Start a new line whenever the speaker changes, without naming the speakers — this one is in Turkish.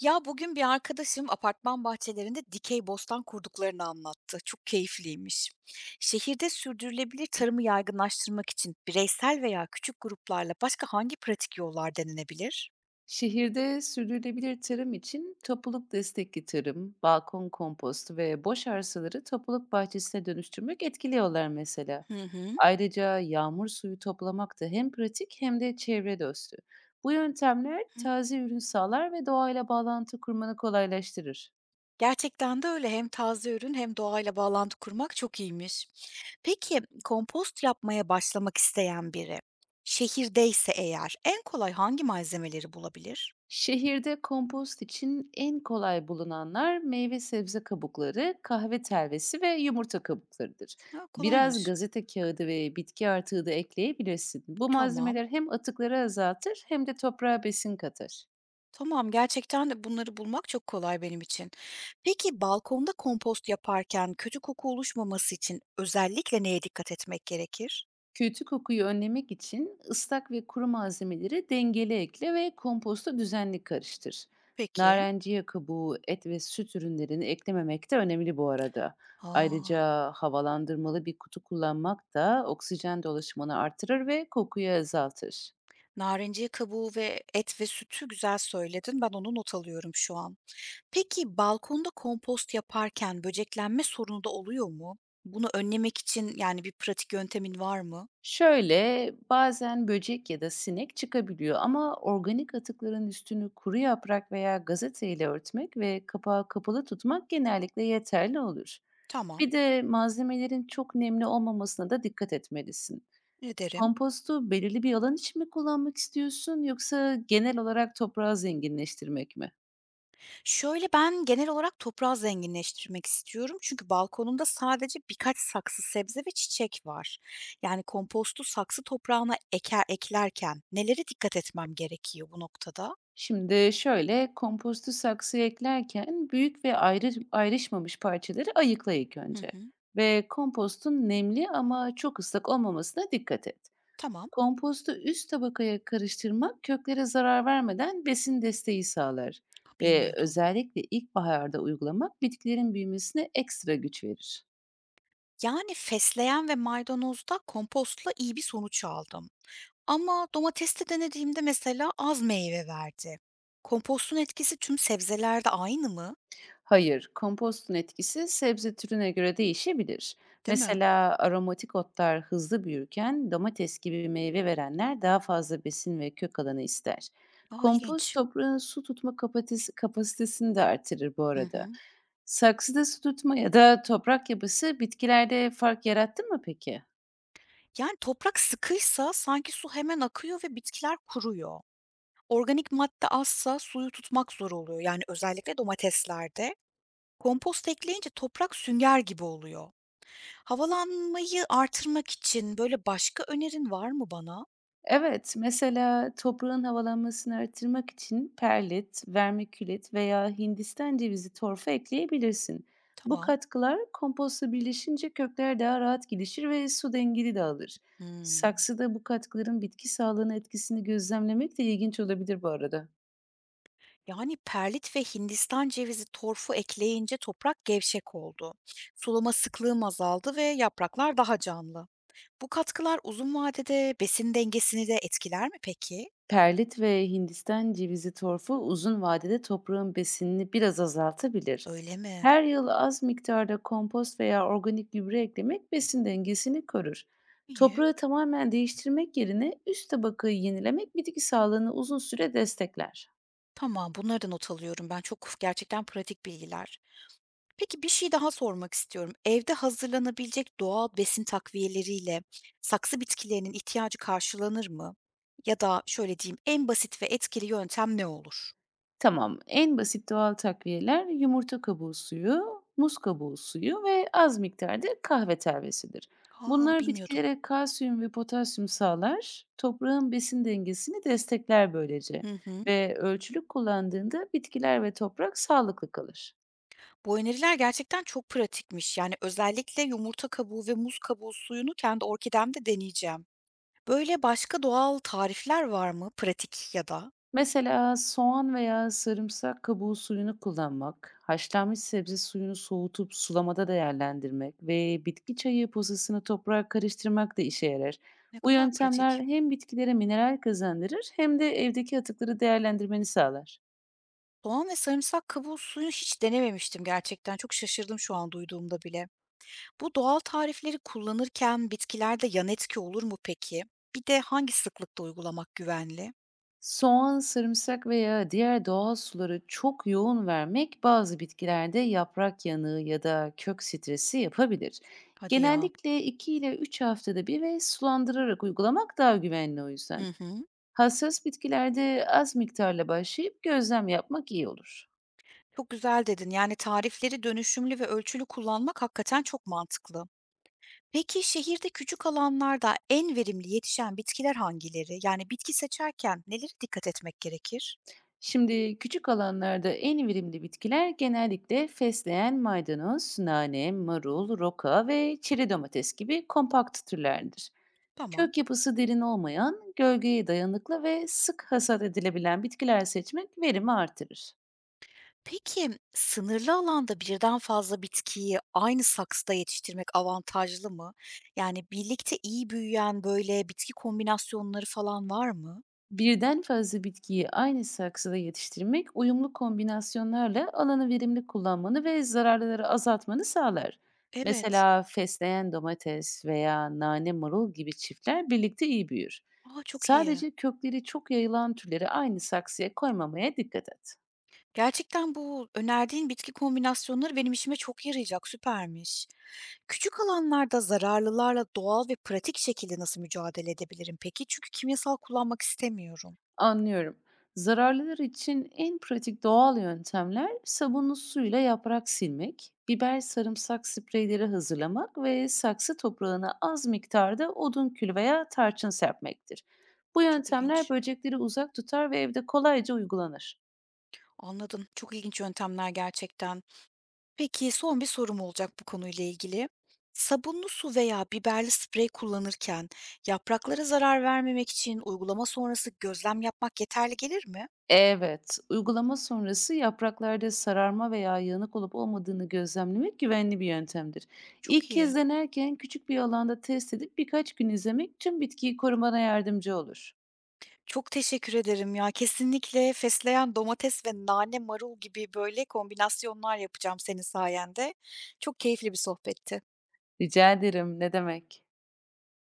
Ya, bugün bir arkadaşım apartman bahçelerinde dikey bostan kurduklarını anlattı. Çok keyifliymiş. Şehirde sürdürülebilir tarımı yaygınlaştırmak için bireysel veya küçük gruplarla başka hangi pratik yollar denenebilir?
Şehirde sürdürülebilir tarım için topluluk destekli tarım, balkon kompostu ve boş arsaları topluluk bahçesine dönüştürmek etkili yollar mesela.
Hı hı.
Ayrıca yağmur suyu toplamak da hem pratik hem de çevre dostu. Bu yöntemler taze ürün sağlar ve doğayla bağlantı kurmanı kolaylaştırır.
Gerçekten de öyle. Hem taze ürün hem doğayla bağlantı kurmak çok iyiymiş. Peki, kompost yapmaya başlamak isteyen biri şehirdeyse eğer en kolay hangi malzemeleri bulabilir?
Şehirde kompost için en kolay bulunanlar meyve sebze kabukları, kahve telvesi ve yumurta kabuklarıdır.
Ha,
Biraz
kolaymış.
gazete kağıdı ve bitki artığı da ekleyebilirsin. Bu
Tamam.
malzemeler hem atıkları azaltır hem de toprağa besin katar.
Tamam, gerçekten de bunları bulmak çok kolay benim için. Peki balkonda kompost yaparken kötü koku oluşmaması için özellikle neye dikkat etmek gerekir?
Kötü kokuyu önlemek için ıslak ve kuru malzemeleri dengeli ekle ve komposta düzenli karıştır.
Peki.
Narenciye kabuğu, et ve süt ürünlerini eklememek de önemli bu arada.
Aa,
Ayrıca havalandırmalı bir kutu kullanmak da oksijen dolaşımını artırır ve kokuyu azaltır.
narenciye kabuğu ve et ve sütü güzel söyledin. Ben onu not alıyorum şu an. Peki balkonda kompost yaparken böceklenme sorunu da oluyor mu? Bunu önlemek için yani bir pratik yöntemin var mı?
Şöyle, bazen böcek ya da sinek çıkabiliyor ama organik atıkların üstünü kuru yaprak veya gazeteyle örtmek ve kapağı kapalı tutmak genellikle yeterli olur.
Tamam,
Bir de malzemelerin çok nemli olmamasına da dikkat etmelisin.
ederim.
Kompostu belirli bir alan için mi kullanmak istiyorsun yoksa genel olarak toprağı zenginleştirmek mi?
Şöyle, ben genel olarak toprağı zenginleştirmek istiyorum çünkü balkonumda sadece birkaç saksı sebze ve çiçek var. Yani kompostu saksı toprağına eklerken nelere dikkat etmem gerekiyor bu noktada?
Şimdi şöyle, kompostu saksıya eklerken büyük ve ayrı, ayrışmamış parçaları ayıkla ilk
Hı
önce.
hı.
Ve kompostun nemli ama çok ıslak olmamasına dikkat et.
Tamam.
Kompostu üst tabakaya karıştırmak köklere zarar vermeden besin desteği sağlar. Ve
Bilmiyordum.
özellikle ilkbaharda uygulamak bitkilerin büyümesine ekstra güç verir.
Yani fesleğen ve maydanozda kompostla iyi bir sonuç aldım. Ama domateste denediğimde mesela az meyve verdi. Kompostun etkisi tüm sebzelerde aynı mı?
Hayır, kompostun etkisi sebze türüne göre değişebilir.
Değil mi?
Mesela aromatik otlar hızlı büyürken domates gibi meyve verenler daha fazla besin ve kök alanı ister.
A,
Kompost
ilginç.
toprağın su tutma kapasitesi, kapasitesini de artırır bu
Hı
arada.
hı.
Saksıda su tutma ya da toprak yapısı bitkilerde fark yarattı mı peki?
Yani, toprak sıkıysa sanki su hemen akıyor ve bitkiler kuruyor. Organik madde azsa suyu tutmak zor oluyor, yani, özellikle domateslerde. Kompost ekleyince toprak sünger gibi oluyor. Havalanmayı artırmak için, böyle, başka önerin var mı bana?
Evet, mesela toprağın havalanmasını artırmak için perlit, vermikülit veya Hindistan cevizi torfa ekleyebilirsin. Bu
Tamam.
katkılar kompostla birleşince kökler daha rahat gelişir ve su dengeli dağılır.
Hımm.
Saksıda bu katkıların bitki sağlığına etkisini gözlemlemek de ilginç olabilir bu arada.
Yani, perlit ve Hindistan cevizi torfu ekleyince toprak gevşek oldu. Sulama sıklığım azaldı ve yapraklar daha canlı. Bu katkılar uzun vadede besin dengesini de etkiler mi peki?
Perlit ve Hindistan cevizi torfu uzun vadede toprağın besinini biraz azaltabilir.
Öyle mi?
Her yıl az miktarda kompost veya organik gübre eklemek besin dengesini korur.
İyi.
Toprağı tamamen değiştirmek yerine üst tabakayı yenilemek bitki sağlığını uzun süre destekler.
Tamam, bunları da not alıyorum. Ben çok gerçekten pratik bilgiler. Peki bir şey daha sormak istiyorum. Evde hazırlanabilecek doğal besin takviyeleriyle saksı bitkilerinin ihtiyacı karşılanır mı? Ya da şöyle diyeyim, en basit ve etkili yöntem ne olur?
Tamam. En basit doğal takviyeler yumurta kabuğu suyu, muz kabuğu suyu ve az miktarda kahve telvesidir.
Aa,
Bunlar
bilmiyordum.
bitkilere kalsiyum ve potasyum sağlar, toprağın besin dengesini destekler böylece
Hı hı.
ve ölçülük kullandığında bitkiler ve toprak sağlıklı kalır.
Bu öneriler gerçekten çok pratikmiş. Yani özellikle yumurta kabuğu ve muz kabuğu suyunu kendi orkidemde deneyeceğim. Böyle başka doğal tarifler var mı? Pratik ya da.
Mesela soğan veya sarımsak kabuğu suyunu kullanmak, haşlanmış sebze suyunu soğutup sulamada değerlendirmek ve bitki çayı posasını toprağa karıştırmak da işe yarar.
Ne
Bu
kadar
yöntemler
pratik.
hem bitkilere mineral kazandırır hem de evdeki atıkları değerlendirmeni sağlar.
Soğan ve sarımsak kabuğu suyu hiç denememiştim gerçekten. Çok şaşırdım şu an duyduğumda bile. Bu doğal tarifleri kullanırken bitkilerde yan etki olur mu peki? Bir de hangi sıklıkta uygulamak güvenli?
Soğan, sarımsak veya diğer doğal suları çok yoğun vermek bazı bitkilerde yaprak yanığı ya da kök stresi yapabilir.
Hadi ya.
Genellikle 2 ile 3 haftada bir ve sulandırarak uygulamak daha güvenli o yüzden.
Hı hı.
Hassas bitkilerde az miktarla başlayıp gözlem yapmak iyi olur.
Çok güzel dedin. Yani tarifleri dönüşümlü ve ölçülü kullanmak hakikaten çok mantıklı. Peki şehirde küçük alanlarda en verimli yetişen bitkiler hangileri? Yani bitki seçerken nelere dikkat etmek gerekir?
Şimdi küçük alanlarda en verimli bitkiler genellikle fesleğen, maydanoz, nane, marul, roka ve çeri domates gibi kompakt türlerdir.
Tamam.
Kök yapısı derin olmayan, gölgeye dayanıklı ve sık hasat edilebilen bitkiler seçmek verimi artırır.
Peki, sınırlı alanda birden fazla bitkiyi aynı saksıda yetiştirmek avantajlı mı? Yani birlikte iyi büyüyen böyle bitki kombinasyonları falan var mı?
Birden fazla bitkiyi aynı saksıda yetiştirmek uyumlu kombinasyonlarla alanı verimli kullanmanı ve zararları azaltmanı sağlar.
Evet.
Mesela fesleğen domates veya nane marul gibi çiftler birlikte iyi büyür.
A, çok iyi.
Sadece kökleri çok yayılan türleri aynı saksıya koymamaya dikkat et.
Gerçekten bu önerdiğin bitki kombinasyonları benim işime çok yarayacak, süpermiş. Küçük alanlarda zararlılarla doğal ve pratik şekilde nasıl mücadele edebilirim peki? Çünkü kimyasal kullanmak istemiyorum.
Anlıyorum. Zararlılar için en pratik doğal yöntemler sabunlu suyla yaprak silmek, biber sarımsak spreyleri hazırlamak ve saksı toprağına az miktarda odun külü veya tarçın serpmektir. Bu
Çok
yöntemler
ilginç.
böcekleri uzak tutar ve evde kolayca uygulanır.
Anladım. Çok ilginç yöntemler gerçekten. Peki son bir sorum olacak bu konuyla ilgili. Sabunlu su veya biberli sprey kullanırken yapraklara zarar vermemek için uygulama sonrası gözlem yapmak yeterli gelir mi?
Evet, uygulama sonrası yapraklarda sararma veya yanık olup olmadığını gözlemlemek güvenli bir yöntemdir. İlk
Çok
kez
iyi.
denerken küçük bir alanda test edip birkaç gün izlemek tüm bitkiyi korumana yardımcı olur.
Çok teşekkür ederim ya. Kesinlikle fesleğen domates ve nane marul gibi böyle kombinasyonlar yapacağım senin sayende. Çok keyifli bir sohbetti.
Rica ederim, ne demek.